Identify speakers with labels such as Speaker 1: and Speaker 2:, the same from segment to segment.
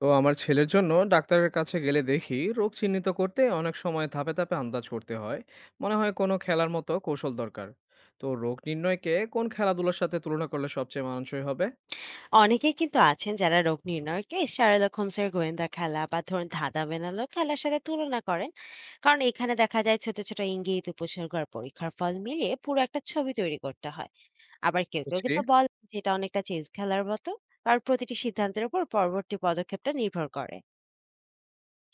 Speaker 1: তো আমার ছেলের জন্য ডাক্তারের কাছে গেলে দেখি রোগ চিহ্নিত করতে অনেক সময় ধাপে ধাপে আন্দাজ করতে হয়। মনে হয় কোনো খেলার মতো কৌশল দরকার। তো রোগ নির্ণয়কে কোন খেলাধুলার সাথে তুলনা করলে সবচেয়ে মানানসই হবে?
Speaker 2: অনেকেই কিন্তু আছেন যারা রোগ নির্ণয়কে শার্লক হোমসের গোয়েন্দা খেলা বা ধরুন ধাঁধা বেনালো খেলার সাথে তুলনা করেন। কারণ এখানে দেখা যায় ছোট ছোট ইঙ্গিত, উপসর্গ আর পরীক্ষার ফল মিলিয়ে পুরো একটা ছবি তৈরি করতে হয়। আবার কেউ কেউ
Speaker 1: বুঝছি।
Speaker 2: কিন্তু বলে যে এটা অনেকটা চেস খেলার মতো, কারণ প্রতিটি সিদ্ধান্তের উপর পরবর্তী পদক্ষেপটা নির্ভর করে।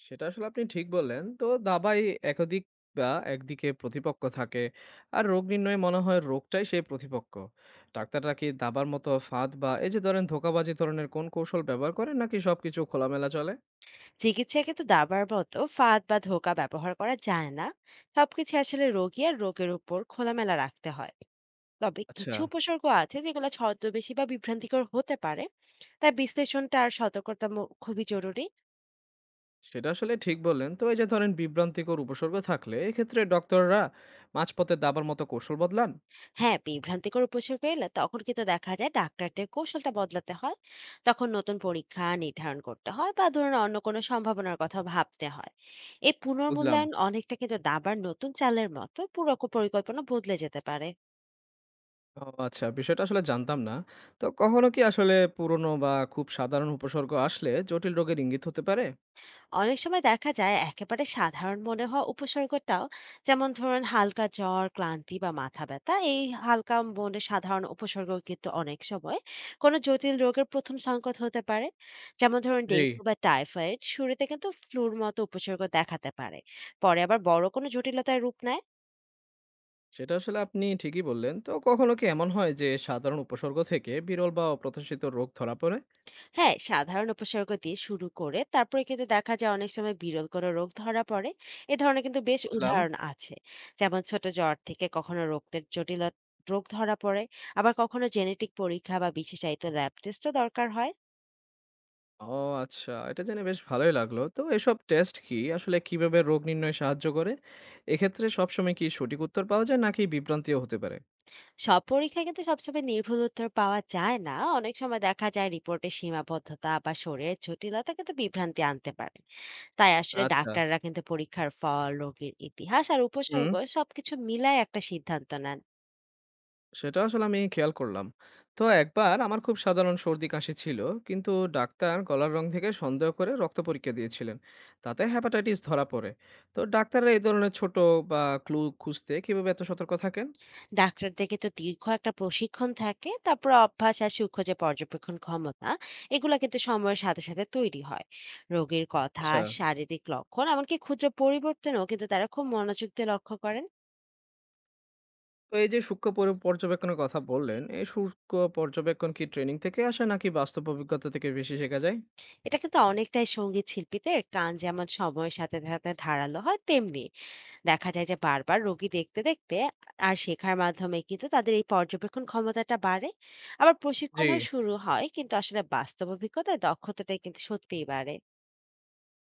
Speaker 1: সেটা আসলে আপনি ঠিক বললেন, তো দাবায় একাধিক বা একদিকে প্রতিপক্ষ থাকে। আর রোগ নির্ণয়ে মনে হয় রোগটাই সেই প্রতিপক্ষ। ডাক্তাররা কি দাবার মতো ফাঁদ বা এই যে ধরেন ধোঁকাবাজি ধরনের কোন কৌশল ব্যবহার করেন, নাকি সবকিছু খোলামেলা চলে?
Speaker 2: চিকিৎসায় কিন্তু দাবার মতো ফাঁদ বা ধোঁকা ব্যবহার করা যায় না। সবকিছু আসলে রোগী আর রোগের উপর খোলামেলা রাখতে হয়। তবে
Speaker 1: আচ্ছা।
Speaker 2: কিছু উপসর্গ আছে যেগুলো ছদ্মবেশী বা বিভ্রান্তিকর হতে পারে। তাই বিশ্লেষণটা আর সতর্কতা খুবই জরুরি।
Speaker 1: সেটা আসলে ঠিক বললেন। তো এই যে ধরেন বিভ্রান্তিকর উপসর্গ থাকলে, এক্ষেত্রে ডক্টররা মাঝপথে দাবার মতো কৌশল বদলান?
Speaker 2: হ্যাঁ, বিভ্রান্তিকর উপসর্গ এলে তখন কিন্তু দেখা যায় ডাক্তারদের কৌশলটা বদলাতে হয়। তখন নতুন পরীক্ষা নির্ধারণ করতে হয় বা ধরুন অন্য কোনো সম্ভাবনার কথা ভাবতে হয়। এই
Speaker 1: বুঝলাম।
Speaker 2: পুনর্মূল্যায়ন অনেকটা কিন্তু দাবার নতুন চালের মতো পুরো পরিকল্পনা বদলে যেতে পারে।
Speaker 1: ও আচ্ছা, বিষয়টা আসলে জানতাম না। তো কখনো কি আসলে পুরনো বা খুব সাধারণ উপসর্গ আসলে জটিল রোগের ইঙ্গিত হতে পারে?
Speaker 2: অনেক সময় দেখা যায় একেবারে সাধারণ মনে হওয়া উপসর্গটাও, যেমন ধরুন হালকা জ্বর, ক্লান্তি বা মাথা ব্যথা, এই হালকা মনে সাধারণ উপসর্গ কিন্তু অনেক সময় কোনো জটিল রোগের প্রথম সংকেত হতে পারে। যেমন ধরুন
Speaker 1: জি,
Speaker 2: ডেঙ্গু বা টাইফয়েড শুরুতে কিন্তু ফ্লুর মতো উপসর্গ দেখাতে পারে, পরে আবার বড় কোনো জটিলতার রূপ নেয়।
Speaker 1: সেটা আসলে আপনি ঠিকই বললেন। তো কখনো কি এমন হয় যে সাধারণ উপসর্গ থেকে বিরল বা অপ্রত্যাশিত রোগ ধরা পড়ে?
Speaker 2: হ্যাঁ, সাধারণ উপসর্গ দিয়ে শুরু করে তারপরে কিন্তু দেখা যায় অনেক সময় বিরল কোনো রোগ ধরা পড়ে। এ ধরনের কিন্তু বেশ
Speaker 1: বুঝলাম।
Speaker 2: উদাহরণ আছে। যেমন ছোট জ্বর থেকে কখনো রক্তের জটিল রোগ ধরা পড়ে, আবার কখনো জেনেটিক পরীক্ষা বা বিশেষায়িত ল্যাব টেস্টও দরকার হয়।
Speaker 1: ও আচ্ছা। এটা জেনে বেশ ভালোই লাগলো। তো এসব টেস্ট কি আসলে কিভাবে রোগ নির্ণয়ে সাহায্য করে? এক্ষেত্রে সবসময় কি সঠিক উত্তর পাওয়া যায়, নাকি বিভ্রান্তিও হতে পারে?
Speaker 2: সব পরীক্ষায় কিন্তু সবসময় নির্ভুল উত্তর পাওয়া যায় না। অনেক সময় দেখা যায় রিপোর্টের সীমাবদ্ধতা বা শরীরের জটিলতা কিন্তু বিভ্রান্তি আনতে পারে। তাই আসলে
Speaker 1: আচ্ছা।
Speaker 2: ডাক্তাররা কিন্তু পরীক্ষার ফল, রোগীর ইতিহাস আর
Speaker 1: হুম,
Speaker 2: উপসর্গ সবকিছু মিলায় একটা সিদ্ধান্ত নেন।
Speaker 1: সেটা আসলে আমি খেয়াল করলাম। তো একবার আমার খুব সাধারণ সর্দি-কাশি ছিল। কিন্তু ডাক্তার গলার রং থেকে সন্দেহ করে রক্ত পরীক্ষা দিয়েছিলেন। তাতে হেপাটাইটিস ধরা পড়ে। তো ডাক্তাররা এই ধরনের ছোট বা ক্লু খুঁজতে কিভাবে এত সতর্ক থাকেন?
Speaker 2: ডাক্তারদের কিন্তু দীর্ঘ একটা প্রশিক্ষণ থাকে, তারপর অভ্যাস আর সূক্ষ্ম যে পর্যবেক্ষণ ক্ষমতা, এগুলো কিন্তু সময়ের সাথে সাথে তৈরি হয়। রোগীর কথা,
Speaker 1: আচ্ছা।
Speaker 2: শারীরিক লক্ষণ, এমনকি ক্ষুদ্র পরিবর্তনও কিন্তু তারা খুব মনোযোগ দিয়ে লক্ষ্য করেন।
Speaker 1: তো এই যে সূক্ষ্ম পর্যবেক্ষণের কথা বললেন, এই সূক্ষ্ম পর্যবেক্ষণ কি ট্রেনিং থেকে আসে নাকি বাস্তব অভিজ্ঞতা থেকে বেশি শেখা যায়?
Speaker 2: এটা কিন্তু অনেকটাই সঙ্গীত শিল্পীদের কান যেমন সময়ের সাথে সাথে ধারালো হয়, তেমনি দেখা যায় যে বারবার রোগী দেখতে দেখতে আর শেখার মাধ্যমে কিন্তু তাদের এই পর্যবেক্ষণ ক্ষমতাটা বাড়ে। আবার
Speaker 1: জি।
Speaker 2: প্রশিক্ষণও শুরু হয় কিন্তু আসলে বাস্তব অভিজ্ঞতায় দক্ষতাটাই কিন্তু সত্যিই বাড়ে।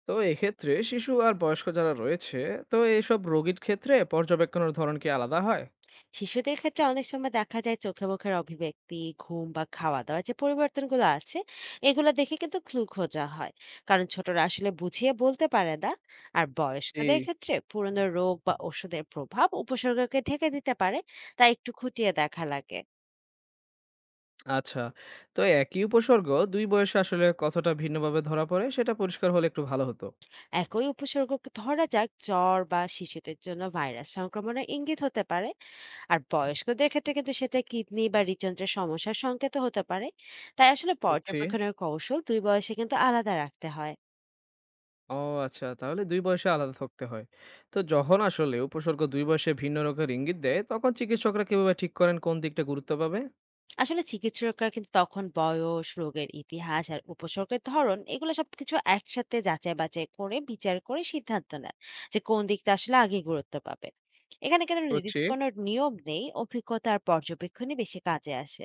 Speaker 1: তো এক্ষেত্রে শিশু আর বয়স্ক যারা রয়েছে, তো এইসব রোগীর ক্ষেত্রে পর্যবেক্ষণের ধরন কি আলাদা হয়?
Speaker 2: শিশুদের ক্ষেত্রে অনেক সময় দেখা যায় চোখে মুখের অভিব্যক্তি, ঘুম বা খাওয়া দাওয়া যে পরিবর্তনগুলো আছে, এগুলো দেখে কিন্তু ক্লু খোঁজা হয়। কারণ ছোটরা আসলে বুঝিয়ে বলতে পারে না। আর
Speaker 1: জি।
Speaker 2: বয়স্কদের ক্ষেত্রে পুরনো রোগ বা ওষুধের প্রভাব উপসর্গকে ঢেকে দিতে পারে, তাই একটু খুঁটিয়ে দেখা লাগে।
Speaker 1: আচ্ছা। তো একই উপসর্গ দুই বয়সে আসলে কতটা ভিন্নভাবে ধরা পড়ে সেটা পরিষ্কার হলে একটু ভালো হতো।
Speaker 2: একই উপসর্গকে ধরা যাক জ্বর, বা শিশুদের জন্য ভাইরাস সংক্রমণের ইঙ্গিত হতে পারে, আর বয়স্কদের ক্ষেত্রে কিন্তু সেটা কিডনি বা হৃদযন্ত্রের সমস্যার সংকেত হতে পারে। তাই আসলে
Speaker 1: বুঝছি।
Speaker 2: পর্যবেক্ষণের কৌশল দুই বয়সে কিন্তু আলাদা রাখতে হয়।
Speaker 1: ও আচ্ছা, তাহলে দুই বয়সে আলাদা থাকতে হয়। তো যখন আসলে উপসর্গ দুই বয়সে ভিন্ন রোগের ইঙ্গিত দেয়, তখন চিকিৎসকরা কিভাবে ঠিক করেন কোন দিকটা গুরুত্ব পাবে?
Speaker 2: আসলে চিকিৎসকরা কিন্তু তখন বয়স, রোগের ইতিহাস আর উপসর্গের ধরন, এগুলো সবকিছু একসাথে যাচাই বাছাই করে বিচার করে সিদ্ধান্ত নেন যে কোন দিকটা আসলে আগে গুরুত্ব পাবে। এখানে কিন্তু
Speaker 1: বুঝছি।
Speaker 2: নির্দিষ্ট কোনো নিয়ম নেই, অভিজ্ঞতা আর পর্যবেক্ষণই বেশি কাজে আসে।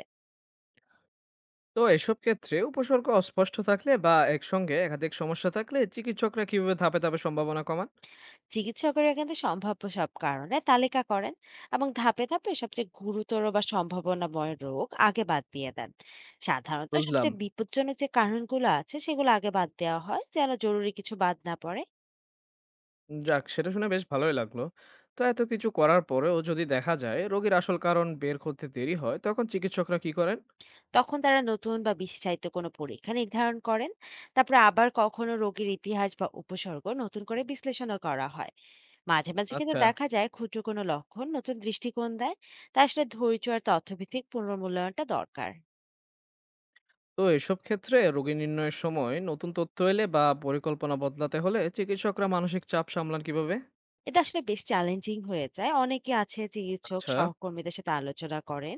Speaker 1: তো এসব ক্ষেত্রে উপসর্গ অস্পষ্ট থাকলে বা একসঙ্গে একাধিক সমস্যা থাকলে চিকিৎসকরা কিভাবে ধাপে ধাপে সম্ভাবনা কমান?
Speaker 2: চিকিৎসকেরা কিন্তু সম্ভাব্য সব কারণে তালিকা করেন এবং ধাপে ধাপে সবচেয়ে গুরুতর বা সম্ভাবনাময় রোগ আগে বাদ দিয়ে দেন। সাধারণত
Speaker 1: বুঝলাম।
Speaker 2: সবচেয়ে বিপজ্জনক যে কারণগুলো আছে সেগুলো আগে বাদ দেওয়া হয়, যেন জরুরি কিছু বাদ না পড়ে।
Speaker 1: যাক, সেটা শুনে বেশ ভালোই লাগলো। তো এত কিছু করার পরেও যদি দেখা যায় রোগীর আসল কারণ বের করতে দেরি হয়, তখন চিকিৎসকরা কি করেন?
Speaker 2: তখন তারা নতুন বা বিশেষায়িত কোনো পরীক্ষা নির্ধারণ করেন। তারপরে আবার কখনো রোগীর ইতিহাস বা উপসর্গ নতুন করে বিশ্লেষণও করা হয়। মাঝে মাঝে কিন্তু
Speaker 1: আচ্ছা।
Speaker 2: দেখা যায় ক্ষুদ্র কোনো লক্ষণ নতুন দৃষ্টিকোণ দেয়। তা আসলে ধৈর্য আর তথ্যভিত্তিক পুনর্মূল্যায়নটা দরকার।
Speaker 1: তো এসব ক্ষেত্রে রোগী নির্ণয়ের সময় নতুন তথ্য এলে বা পরিকল্পনা বদলাতে হলে চিকিৎসকরা মানসিক চাপ সামলান কিভাবে?
Speaker 2: এটা আসলে বেশ চ্যালেঞ্জিং হয়ে যায়। অনেকে আছে চিকিৎসক
Speaker 1: আচ্ছা।
Speaker 2: সহকর্মীদের সাথে আলোচনা করেন।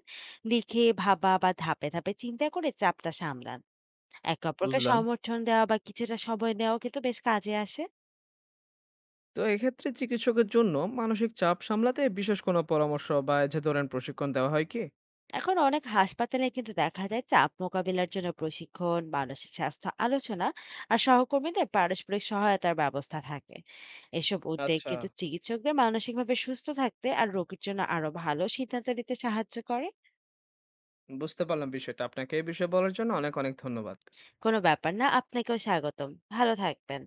Speaker 2: লিখে ভাবা বা ধাপে ধাপে চিন্তা করে চাপটা সামলান। একে অপরকে
Speaker 1: বুঝলাম।
Speaker 2: সমর্থন দেওয়া বা কিছুটা সময় নেওয়াও কিন্তু বেশ কাজে আসে।
Speaker 1: তো এক্ষেত্রে চিকিৎসকের জন্য মানসিক চাপ সামলাতে বিশেষ কোনো পরামর্শ বা এই যে ধরেন প্রশিক্ষণ দেওয়া হয় কি?
Speaker 2: এখন অনেক হাসপাতালে কিন্তু দেখা যায় চাপ মোকাবিলার জন্য প্রশিক্ষণ, মানসিক স্বাস্থ্য আলোচনা আর সহকর্মীদের পারস্পরিক সহায়তার ব্যবস্থা থাকে। এসব উদ্যোগ
Speaker 1: আচ্ছা,
Speaker 2: কিন্তু চিকিৎসকদের মানসিকভাবে সুস্থ থাকতে আর রোগীর জন্য আরো ভালো সিদ্ধান্ত নিতে সাহায্য করে।
Speaker 1: বুঝতে পারলাম বিষয়টা। আপনাকে এই বিষয়ে বলার জন্য অনেক, অনেক ধন্যবাদ।
Speaker 2: কোনো ব্যাপার না। আপনাকেও স্বাগতম। ভালো থাকবেন।